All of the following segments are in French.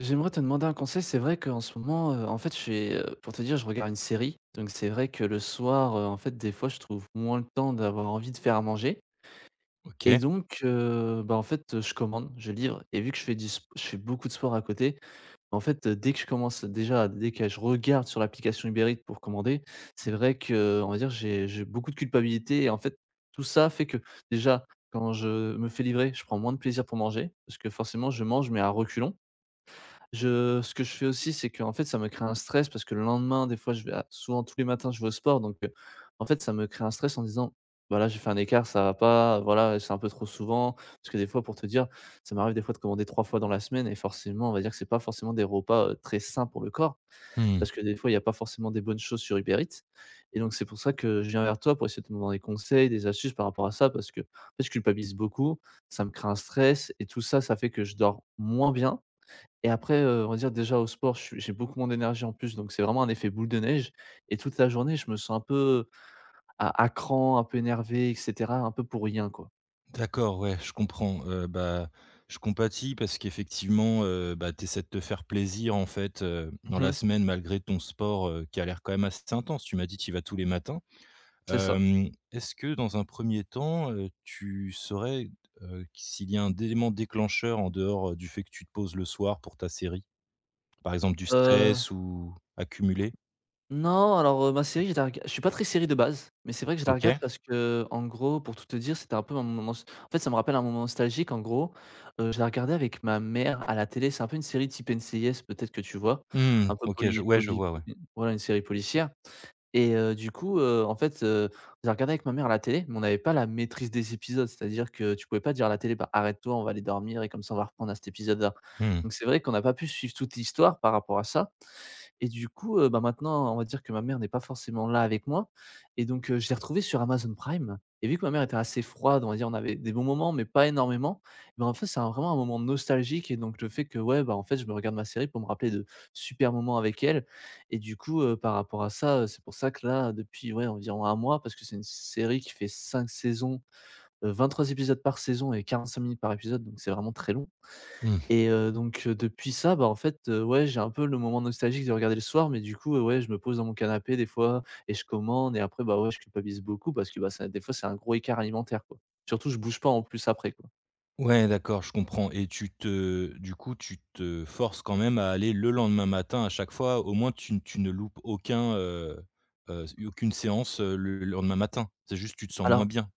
J'aimerais te demander un conseil. C'est vrai qu'en ce moment, en fait, je suis, pour te dire, je regarde une série. Donc c'est vrai que le soir, en fait, des fois, je trouve moins le temps d'avoir envie de faire à manger et OK. donc en fait, je commande, je livre et vu que je fais beaucoup de sport à côté, en fait, dès que je commence déjà, dès que je regarde sur l'application Uber Eats pour commander, c'est vrai que, on va dire, j'ai beaucoup de culpabilité et en fait, tout ça fait que déjà, quand je me fais livrer, je prends moins de plaisir pour manger parce que forcément, je mange mais à reculons. Je ce que je fais aussi, c'est qu'en fait, ça me crée un stress parce que le lendemain, des fois, je vais à souvent tous les matins, je vais au sport donc en fait, ça me crée un stress en disant: voilà, j'ai fait un écart, ça va pas, voilà, c'est un peu trop souvent». Parce que des fois, pour te dire, ça m'arrive des fois de commander 3 fois dans la semaine et forcément, on va dire que c'est pas forcément des repas, très sains pour le corps Mmh. parce que des fois, il y a pas forcément des bonnes choses sur Uber Eats et donc c'est pour ça que je viens vers toi pour essayer de te demander des conseils, des astuces par rapport à ça parce qu'en fait, je culpabilise beaucoup, ça me crée un stress et tout ça, ça fait que je dors moins bien et après, on va dire déjà au sport, je suis j'ai beaucoup moins d'énergie en plus, donc c'est vraiment un effet boule de neige et toute la journée, je me sens un peu à cran, un peu énervé et cetera, un peu pour rien, quoi. D'accord, ouais, je comprends. Bah, je compatis parce qu'effectivement, bah, tu essaies de te faire plaisir, en fait, dans la Mmh. semaine malgré ton sport, qui a l'air quand même assez intense. Tu m'as dit tu y vas tous les matins. C'est ça. Est-ce que dans un premier temps, tu saurais, s'il y a un élément déclencheur en dehors, du fait que tu te poses le soir pour ta série? Par exemple du Heu, stress ou accumulé? non, alors, ma série, je la rega je suis pas très série de base, mais c'est vrai que je la regarde OK. parce que, en gros, pour tout te dire, c'était un peu un moment s en fait, ça me rappelle un moment nostalgique en gros. Je la regardais avec ma mère à la télé, c'est un peu une série type NCIS, peut-être que tu vois? Mmh. Un peu OK, je poli ouais, je poli vois, ouais. Voilà, une série policière. Et du coup, en fait, j'ai regardé avec ma mère la télé, mais on n'avait pas la maîtrise des épisodes. C'est-à-dire que tu pouvais pas dire à la télé: «Bah, arrête-toi, on va aller dormir et comme ça, on va reprendre à cet épisode-là». Mmh. Donc c'est vrai qu'on n'a pas pu suivre toute l'histoire par rapport à ça et du coup, maintenant, on va dire que ma mère n'est pas forcément là avec moi et donc je l'ai retrouvée sur Amazon Prime et vu que ma mère était assez froide, on va dire, on avait des bons moments mais pas énormément, bah, en fait, c'est un vraiment un moment nostalgique et donc le fait que, ouais, bah, en fait, je me regarde ma série pour me rappeler de super moments avec elle et du coup, par rapport à ça, c'est pour ça que là, depuis, ouais, environ un mois parce que c'est une série qui fait 5 saisons, trois épisodes par saison et 45 minutes par épisode donc c'est vraiment très long. Mmh. Et donc depuis ça, bah, en fait, ouais, j'ai un peu le moment nostalgique de regarder le soir, mais du coup, ouais, je me pose dans mon canapé des fois et je commande et après, bah, ouais, je culpabilise beaucoup parce que, bah, ça des fois, c'est un gros écart alimentaire, quoi. Surtout, je bouge pas en plus après, quoi. Ouais, d'accord, je comprends et tu te du coup, tu te forces quand même à aller le lendemain matin à chaque fois, au moins tu ne loupes aucun, aucune séance, le lendemain matin. C'est juste tu te sens moins Alors bien.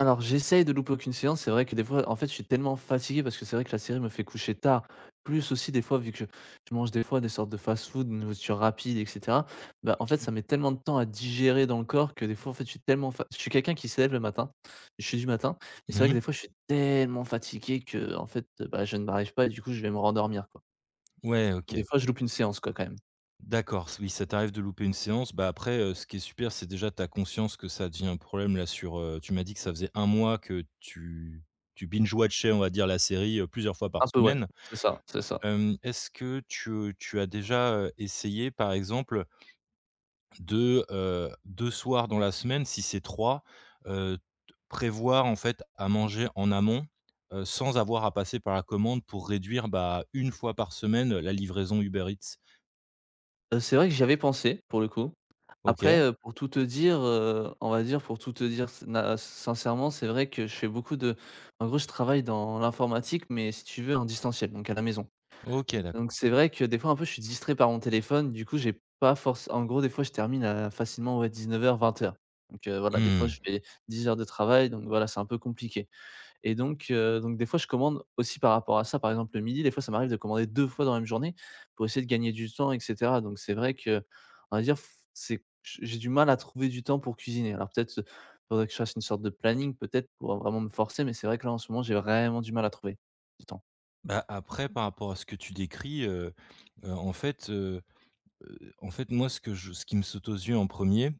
Alors j'essaye de louper aucune séance, c'est vrai que des fois en fait, je suis tellement fatigué parce que c'est vrai que la série me fait coucher tard. Plus aussi des fois vu que je mange des fois des sortes de fast-food, de nourriture rapide et cetera, bah, en fait, ça met tellement de temps à digérer dans le corps que des fois en fait, je suis quelqu'un qui se lève le matin, je suis du matin, mais c'est vrai que Mmh. des fois je suis tellement fatigué que en fait, bah, je ne m'arrive pas et du coup je vais me rendormir quoi. Ouais, Donc, OK. des fois je loupe une séance quoi quand même. D'accord, s oui, ça t'arrive de louper une séance. Bah, après, ce qui est super, c'est déjà ta conscience que ça devient un problème là sur, tu m'as dit que ça faisait un mois que tu binge watchais, on va dire, la série, plusieurs fois par Un peu ouais, semaine. c'est ça, c'est ça. Est-ce que tu as déjà, essayé, par exemple de, 2 soirs dans la semaine, si c'est 3, heu, t prévoir en fait à manger en amont, sans avoir à passer par la commande pour réduire, bah, une fois par semaine, la livraison Uber Eats. C'est vrai que j'y avais pensé, pour le coup. OK. Après, pour tout te dire, on va dire, pour tout te dire s na sincèrement, c'est vrai que je fais beaucoup de en gros, je travaille dans l'informatique, mais si tu veux, en distanciel, donc à la maison. OK, Donc d'accord. c'est vrai que des fois, un peu, je suis distrait par mon téléphone, du coup, j'ai pas forcé en gros, des fois, je termine à facilement, ouais, 19:00-20:00. Donc voilà, des fois, Mmh. je fais 10 heures de travail, donc voilà, c'est un peu compliqué. Et donc des fois, je commande aussi par rapport à ça. Par exemple, le midi, des fois, ça m'arrive de commander 2 fois dans la même journée pour essayer de gagner du temps et cetera. Donc c'est vrai que, on va dire, f c'est j'ai du mal à trouver du temps pour cuisiner. Alors peut-être, faudrait que je fasse une sorte de planning peut-être pour vraiment me forcer, mais c'est vrai que là, en ce moment, j'ai vraiment du mal à trouver du temps. Bah, après par rapport à ce que tu décris, heu, en fait, heu en fait, moi, ce que je ce qui me saute aux yeux en premier.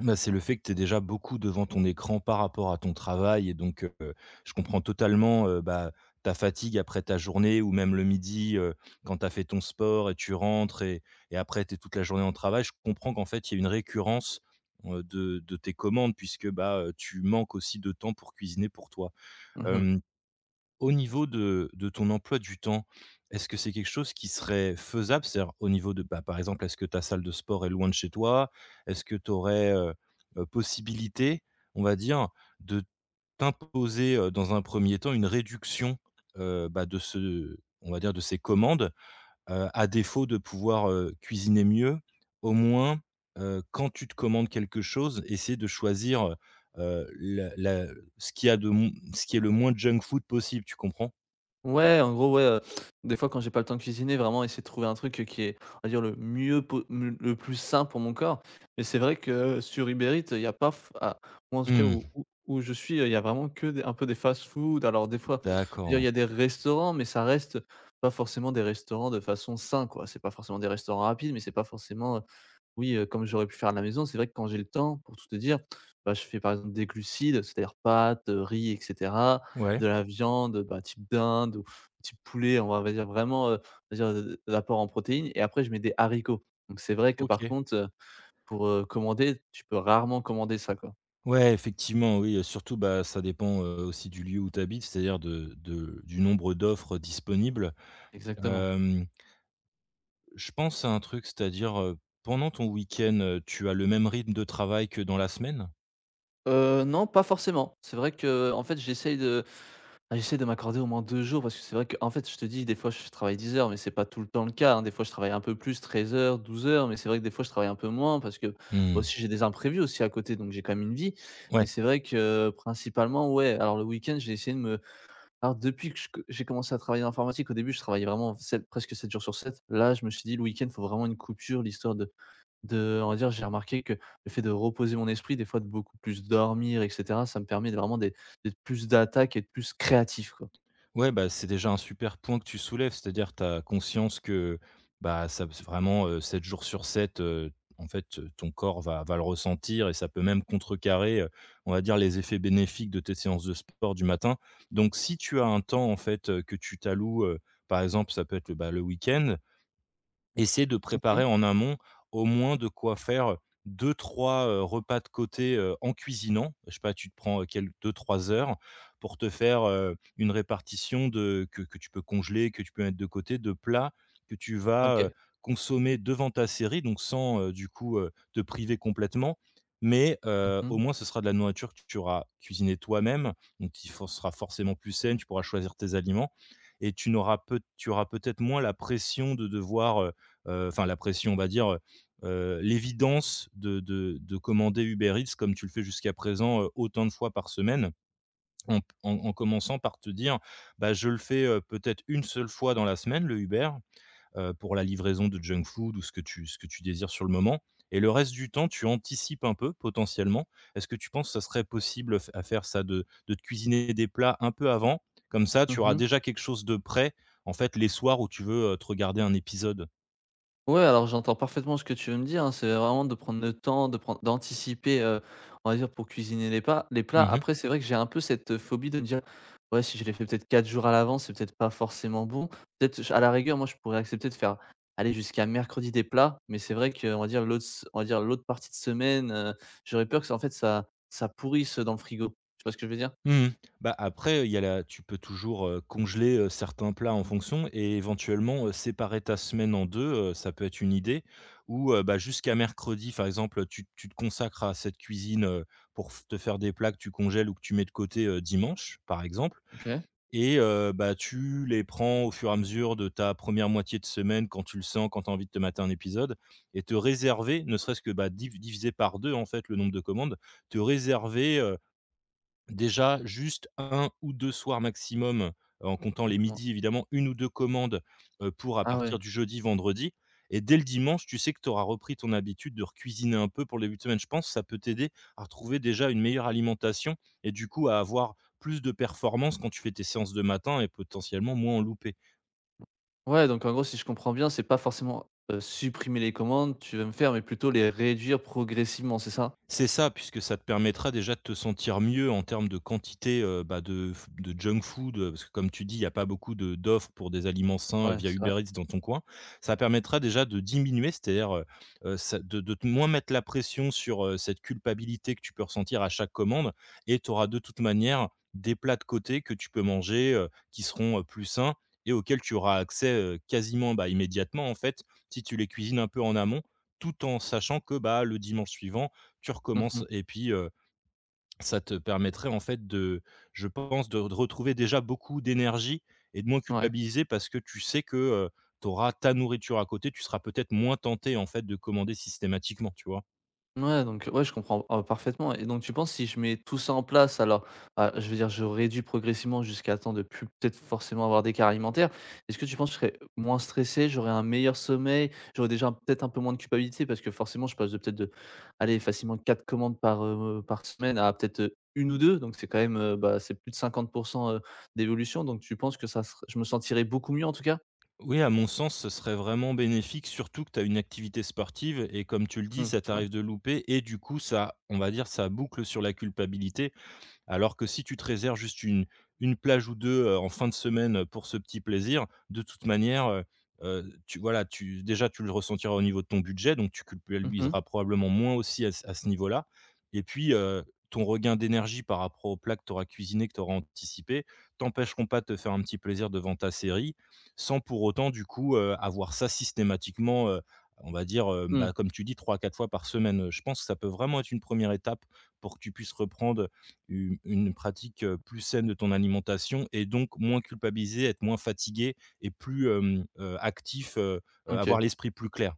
Bah, c'est le fait que tu es déjà beaucoup devant ton écran par rapport à ton travail et donc je comprends totalement, bah, ta fatigue après ta journée ou même le midi, quand tu as fait ton sport et tu rentres et après tu es toute la journée en travail. Je comprends qu'en fait, il y a une récurrence, de tes commandes puisque, bah, tu manques aussi de temps pour cuisiner pour toi. Mmh. Au niveau de ton emploi du temps, est-ce que c'est quelque chose qui serait faisable? C'est-à-dire au niveau de, bah, par exemple, est-ce que ta salle de sport est loin de chez toi? Est-ce que tu aurais, possibilité, on va dire, de t'imposer, dans un premier temps, une réduction, bah, de ce on va dire, de ces commandes. À défaut de pouvoir, cuisiner mieux, au moins, quand tu te commandes quelque chose, essaie de choisir, la la ce qui a de m ce qui est le moins junk food possible, tu comprends? Ouais, en gros, ouais, des fois, quand j'ai pas le temps de cuisiner, vraiment essayer de trouver un truc, qui est, on va dire, le mieux po m le plus sain pour mon corps. Mais c'est vrai que sur Uber Eats, il y a pas, ou en tout cas Mmh. Où je suis, il y a vraiment que des un peu des fast-food. Alors des fois, on va D'accord, dire, il ouais. y a des restaurants, mais ça reste pas forcément des restaurants de façon sain, quoi. C'est pas forcément des restaurants rapides, mais c'est pas forcément, oui, comme j'aurais pu faire à la maison, c'est vrai que quand j'ai le temps, pour tout te dire, bah, je fais par exemple des glucides, c'est-à-dire pâtes, riz et cetera, Ouais, de la viande, bah, type dinde ou type poulet, on va dire vraiment, l'apport en protéines et après je mets des haricots. Donc c'est vrai que par OK. contre, pour, commander, tu peux rarement commander ça, quoi. Ouais, effectivement, oui, surtout, bah, ça dépend, aussi du lieu où tu habites, c'est-à-dire de du nombre d'offres disponibles. Exactement. Hem, je pense à un truc, c'est-à-dire, pendant ton week-end, tu as le même rythme de travail que dans la semaine? Non, pas forcément. C'est vrai que en fait, j'essaie de m'accorder au moins 2 jours parce que c'est vrai que en fait, je te dis, des fois, je travaille 10 heures, mais c'est pas tout le temps le cas, hein. Des fois, je travaille un peu plus, 13 heures, 12 heures, mais c'est vrai que des fois, je travaille un peu moins parce que, bah, Mmh. aussi, j'ai des imprévus aussi à côté, donc j'ai quand même une vie. Ouais. Mais c'est vrai que, principalement, ouais, alors le week-end, j'ai essayé de me alors depuis que je co j'ai commencé à travailler en informatique, au début, je travaillais vraiment 7 jours sur 7. Là, je me suis dit: «Le week-end, il faut vraiment une coupure», l'histoire de on va dire, j'ai remarqué que le fait de reposer mon esprit, des fois, de beaucoup plus dormir et cetera, ça me permet de vraiment d'être plus d'attaque et de plus créatif, quoi. Ouais, bah, c'est déjà un super point que tu soulèves, c'est-à-dire tu as conscience que, bah, ça c'est vraiment, 7 jours sur 7, en fait, ton corps va le ressentir et ça peut même contrecarrer, on va dire les effets bénéfiques de tes séances de sport du matin. Donc si tu as un temps, en fait, que tu t'alloues, par exemple, ça peut être, le bah, le week-end, essayer de Mmh. préparer en amont au moins de quoi faire deux trois repas de côté, en cuisinant. Je sais pas, tu te prends, quel 2-3 heures pour te faire, une répartition de que tu peux congeler, que tu peux mettre de côté, de plats que tu vas, OK. consommer devant ta série, donc sans, du coup, te priver complètement. Mais, Mmh au mh. moins ce sera de la nourriture que tu auras cuisinée toi-même, donc il for sera forcément plus saine, tu pourras choisir tes aliments et tu auras peut-être moins la pression de devoir, enfin la pression, on va dire, l'évidence de commander Uber Eats comme tu le fais jusqu'à présent, autant de fois par semaine, en commençant par te dire: «Bah, je le fais, peut-être une seule fois dans la semaine, le Uber, pour la livraison de junk food ou ce que tu désires sur le moment et le reste du temps, tu anticipes un peu potentiellement». Est-ce que tu penses que ça serait possible f à faire ça, de te cuisiner des plats un peu avant? Comme ça, tu Mmh auras mh. déjà quelque chose de prêt, en fait, les soirs où tu veux, te regarder un épisode. Ouais, alors j'entends parfaitement ce que tu veux me dire, hein. C'est vraiment de prendre le temps, de prendre d'anticiper, on va dire pour cuisiner les pas les plats. Après, c'est vrai que j'ai un peu cette, phobie de me dire: «Ouais, si je les fais peut-être 4 jours à l'avance, c'est peut-être pas forcément bon». Peut-être j à la rigueur, moi, je pourrais accepter de faire, aller jusqu'à mercredi des plats, mais c'est vrai qu'on va dire l'autre partie de semaine, j'aurais peur que ça en fait ça pourrisse, dans le frigo. Tu vois ce que je veux dire? Mmh. Bah, après, il y a la tu peux toujours, congeler, certains plats en fonction et éventuellement, séparer ta semaine en deux, ça peut être une idée ou, bah, jusqu'à mercredi, par exemple, tu te consacres à cette cuisine, pour f te faire des plats que tu congèles ou que tu mets de côté, dimanche, par exemple. OK. Et bah, tu les prends au fur et à mesure de ta première moitié de semaine quand tu le sens, quand tu as envie de te mater un épisode et te réserver, ne serait-ce que, bah, diviser par 2 en fait, le nombre de commandes, te réserver, déjà, juste un ou 2 soirs maximum, en comptant Ah les comment midis évidemment, une ou 2 commandes, pour à ah ouais. partir du jeudi-vendredi et dès le dimanche, tu sais que tu auras repris ton habitude de recuisiner un peu pour le début de semaine. Je pense que ça peut t'aider à retrouver déjà une meilleure alimentation et du coup à avoir plus de performance quand tu fais tes séances de matin et potentiellement moins en louper. Ouais, donc en gros, si je comprends bien, c'est pas forcément, supprimer les commandes, tu vas me faire, mais plutôt les réduire progressivement, c'est ça? C'est ça, puisque ça te permettra déjà de te sentir mieux en termes de quantité, bah, de junk food, parce que comme tu dis, il n'y a pas beaucoup de d'offres pour des aliments sains, Ouais, via c'est vrai. Uber Eats dans ton coin. Ça permettra déjà de diminuer, c'est-à-dire, ça de te moins mettre la pression sur, cette culpabilité que tu peux ressentir à chaque commande et tu auras de toute manière des plats de côté que tu peux manger, qui seront, plus sains et auxquels tu auras accès, quasiment, bah, immédiatement en fait, si tu les cuisines un peu en amont, tout en sachant que, bah, le dimanche suivant, tu recommences Mmh. et puis, ça te permettrait en fait de je pense de retrouver déjà beaucoup d'énergie et de moins Ouais. culpabiliser parce que tu sais que, tu auras ta nourriture à côté, tu seras peut-être moins tenté en fait de commander systématiquement, tu vois? Ouais, donc ouais, je comprends, parfaitement et donc tu penses si je mets tout ça en place alors, je veux dire je réduis progressivement jusqu'à temps de plus peut-être forcément avoir des d'écart alimentaire. Est-ce que tu penses que je serais moins stressé, j'aurais un meilleur sommeil, j'aurais déjà peut-être un peu moins de culpabilité? Parce que forcément je passe de peut-être de, allez facilement 4 commandes par, semaine à peut-être, 1 ou 2 donc c'est quand même, bah, c'est plus de 50 heu, d'évolution donc tu penses que ça ser je me sentirais beaucoup mieux en tout cas? Oui, à mon sens, ce serait vraiment bénéfique, surtout que tu as une activité sportive et comme tu le dis, Mmh, ça c'est vrai. t'arrive de louper et du coup ça, on va dire, ça boucle sur la culpabilité. Alors que si tu te réserves juste une plage ou deux, en fin de semaine pour ce petit plaisir, de toute manière, tu voilà, tu le ressentiras au niveau de ton budget, donc tu Mmh mh. culpabiliseras probablement moins aussi à ce niveau-là et puis, ton regain d'énergie par rapport aux plats que tu auras cuisinés, que tu auras anticipés, t'empêcheront pas de te faire un petit plaisir devant ta série, sans pour autant du coup, avoir ça systématiquement, on va dire, bah, Mmh, comme tu dis 3 à 4 fois par semaine. Je pense que ça peut vraiment être une première étape pour que tu puisses reprendre u une pratique, plus saine de ton alimentation et donc moins culpabiliser, être moins fatigué et plus, actif, avoir OK. l'esprit plus clair.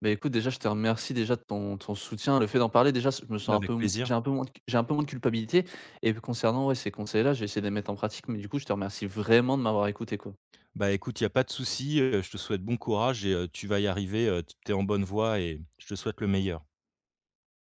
Beh, écoute, déjà, je te remercie déjà de ton soutien. Le fait d'en parler, déjà, je me sens un peu Avec m plaisir. j'ai un peu moins de culpabilité et concernant, ouais, ces conseils-là, j'ai essayé de les mettre en pratique, mais du coup, je te remercie vraiment de m'avoir écouté, quoi. Bah, écoute, il y a pas de souci, je te souhaite bon courage et tu vas y arriver, tu es en bonne voie et je te souhaite le meilleur.